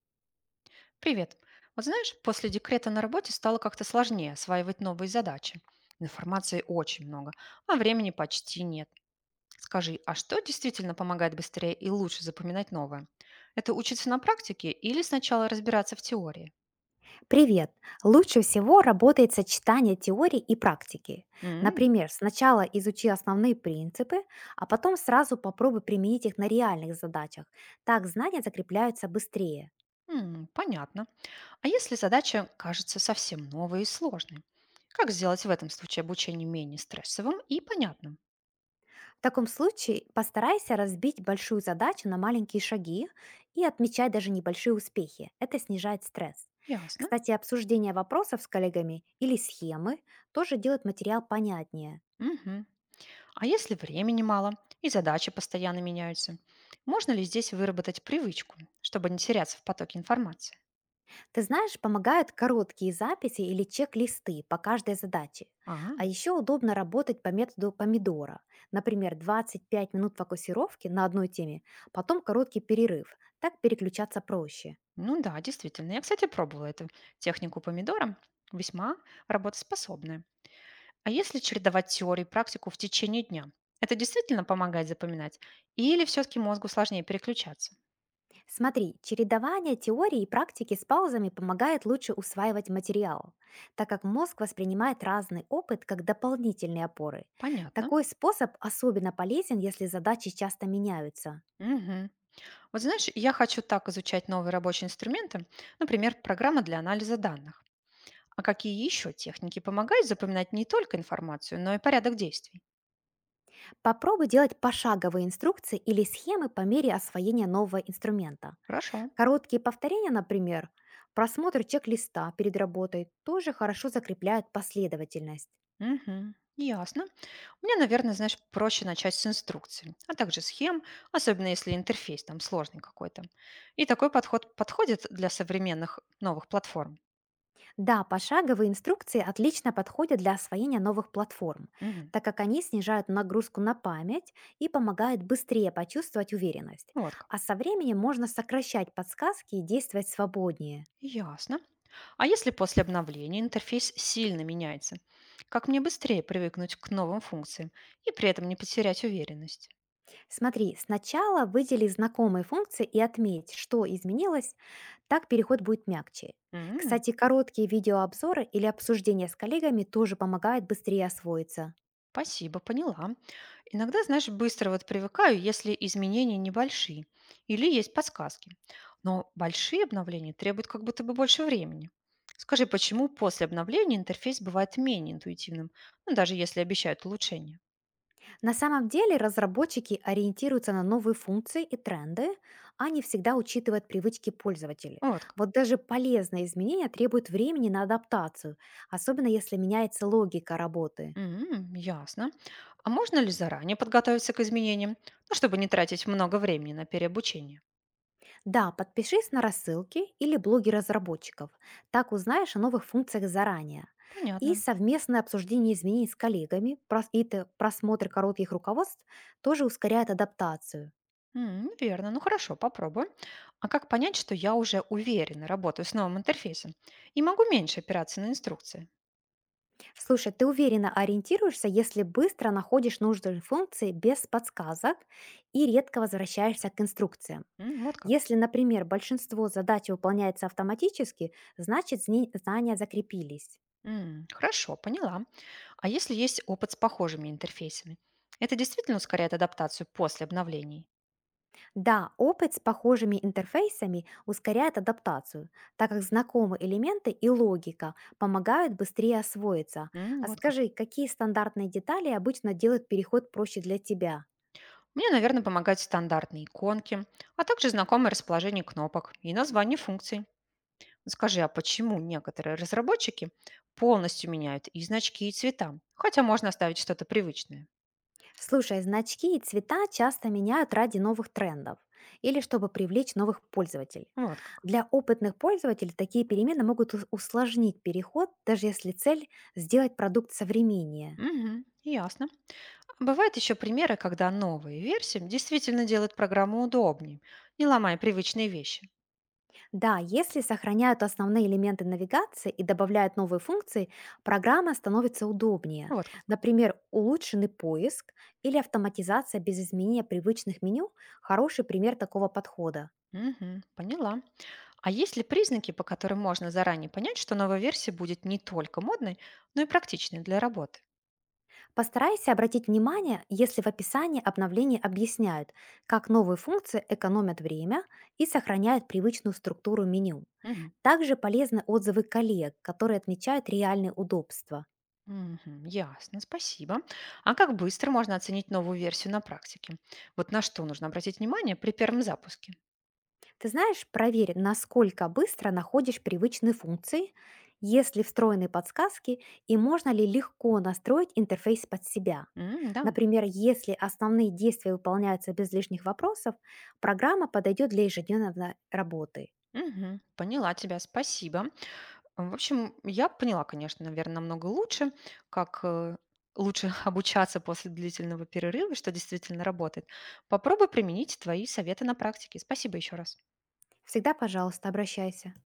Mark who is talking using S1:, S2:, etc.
S1: Привет. Вот знаешь, после декрета на работе стало как-то сложнее осваивать новые задачи. Информации очень много, а времени почти нет. Скажи, а что действительно помогает быстрее и лучше запоминать новое? Это учиться на практике или сначала разбираться в теории?
S2: Привет! Лучше всего работает сочетание теории и практики.
S1: М,
S2: Например, сначала изучи основные принципы, а потом сразу попробуй применить их на реальных задачах. Так знания закрепляются быстрее.
S1: м, понятно. А если задача кажется совсем новой и сложной? Как сделать в этом случае обучение менее стрессовым и понятным?
S2: В таком случае постарайся разбить большую задачу на маленькие шаги и отмечать даже небольшие успехи. Это снижает стресс.
S1: Ясно.
S2: Кстати, обсуждение вопросов с коллегами или схемы тоже делает материал понятнее.
S1: Мгм. А если времени мало и задачи постоянно меняются, можно ли здесь выработать привычку, чтобы не теряться в потоке информации?
S2: Ты знаешь, помогают короткие записи или чек-листы по каждой задаче.
S1: А,
S2: А еще удобно работать по методу помидора. Например, 25 минут фокусировки на одной теме, потом короткий перерыв. Так переключаться проще.
S1: ну да, действительно. Я, кстати, пробовала эту технику помидора. Весьма работоспособная. А если чередовать теорию и практику в течение дня? Это действительно помогает запоминать? Или все-таки мозгу сложнее переключаться?
S2: Смотри, чередование теории и практики с паузами помогает лучше усваивать материал, так как мозг воспринимает разный опыт как дополнительные опоры.
S1: Понятно.
S2: Такой способ особенно полезен, если задачи часто меняются.
S1: Мгм. Вот знаешь, я хочу так изучать новые рабочие инструменты, например, программа для анализа данных. А какие еще техники помогают запоминать не только информацию, но и порядок действий?
S2: Попробуй делать пошаговые инструкции или схемы по мере освоения нового инструмента.
S1: Хорошо.
S2: Короткие повторения, например, просмотр чек-листа перед работой тоже хорошо закрепляют последовательность.
S1: Мгм. Ясно. Мне, наверное, знаешь, проще начать с инструкций, а также схем, особенно если интерфейс там сложный какой-то. И такой подход подходит для современных новых платформ.
S2: Да, пошаговые инструкции отлично подходят для освоения новых платформ,
S1: Мгм.
S2: так как они снижают нагрузку на память и помогают быстрее почувствовать уверенность.
S1: Вот как.
S2: А со временем можно сокращать подсказки и действовать свободнее.
S1: Ясно. А если после обновления интерфейс сильно меняется, как мне быстрее привыкнуть к новым функциям и при этом не потерять уверенность?
S2: Смотри, сначала выдели знакомые функции и отметь, что изменилось, так переход будет мягче.
S1: М,
S2: Кстати, короткие видеообзоры или обсуждения с коллегами тоже помогают быстрее освоиться.
S1: спасибо, поняла. Иногда, знаешь, быстро вот привыкаю, если изменения небольшие или есть подсказки. Но большие обновления требуют как будто бы больше времени. Скажи, почему после обновления интерфейс бывает менее интуитивным, ну, даже если обещают улучшение?
S2: На самом деле разработчики ориентируются на новые функции и тренды, а не всегда учитывают привычки пользователей.
S1: Вот как.
S2: Вот даже полезные изменения требуют времени на адаптацию, особенно если меняется логика работы.
S1: М, ясно. А можно ли заранее подготовиться к изменениям, ну, чтобы не тратить много времени на переобучение?
S2: Да, подпишись на рассылки или блоги разработчиков. Так узнаешь о новых функциях заранее. И
S1: Понятно.
S2: совместное обсуждение изменений с коллегами просмотр коротких руководств тоже ускоряет адаптацию.
S1: М, верно, ну хорошо, попробуем. А как понять, что я уже уверенно работаю с новым интерфейсом и могу меньше опираться на инструкции?
S2: Слушай, ты уверенно ориентируешься, если быстро находишь нужные функции без подсказок и редко возвращаешься к инструкциям.
S1: М, вот как.
S2: Если, например, большинство задач выполняется автоматически, значит знания закрепились.
S1: М, хорошо, поняла. А если есть опыт с похожими интерфейсами? Это действительно ускоряет адаптацию после обновлений?
S2: Да, опыт с похожими интерфейсами ускоряет адаптацию, так как знакомые элементы и логика помогают быстрее освоиться.
S1: М,
S2: А
S1: вот
S2: скажи,
S1: как.
S2: какие стандартные детали обычно делают переход проще для тебя?
S1: Мне, наверное, помогают стандартные иконки, а также знакомое расположение кнопок и название функций. Скажи, а почему некоторые разработчики полностью меняют и значки, и цвета, хотя можно оставить что-то привычное?
S2: Слушай, значки и цвета часто меняют ради новых трендов или чтобы привлечь новых пользователей.
S1: Вот как.
S2: Для опытных пользователей такие перемены могут усложнить переход, даже если цель — сделать продукт современнее.
S1: Мгм. Ясно. А бывают еще примеры, когда новые версии действительно делают программу удобнее, не ломая привычные вещи.
S2: Да, если сохраняют основные элементы навигации и добавляют новые функции, программа становится удобнее.
S1: Вот как.
S2: Например, улучшенный поиск или автоматизация без изменения привычных меню — хороший пример такого подхода.
S1: Мгм. Поняла. А есть ли признаки, по которым можно заранее понять, что новая версия будет не только модной, но и практичной для работы?
S2: Постарайся обратить внимание, если в описании обновления объясняют, как новые функции экономят время и сохраняют привычную структуру меню.
S1: Мгм.
S2: Также полезны отзывы коллег, которые отмечают реальные удобства.
S1: Мгм. Ясно, спасибо. А как быстро можно оценить новую версию на практике? Вот на что нужно обратить внимание при первом запуске?
S2: Ты знаешь, проверь, насколько быстро находишь привычные функции, есть ли встроенные подсказки и можно ли легко настроить интерфейс под себя.
S1: М, да.
S2: Например, если основные действия выполняются без лишних вопросов, программа подойдет для ежедневной работы.
S1: Мгм. Поняла тебя, спасибо. А, в общем, я поняла, конечно, наверное, намного лучше, как, лучше обучаться после длительного перерыва, что действительно работает. Попробуй применить твои советы на практике. Спасибо еще раз.
S2: Всегда, пожалуйста, обращайся.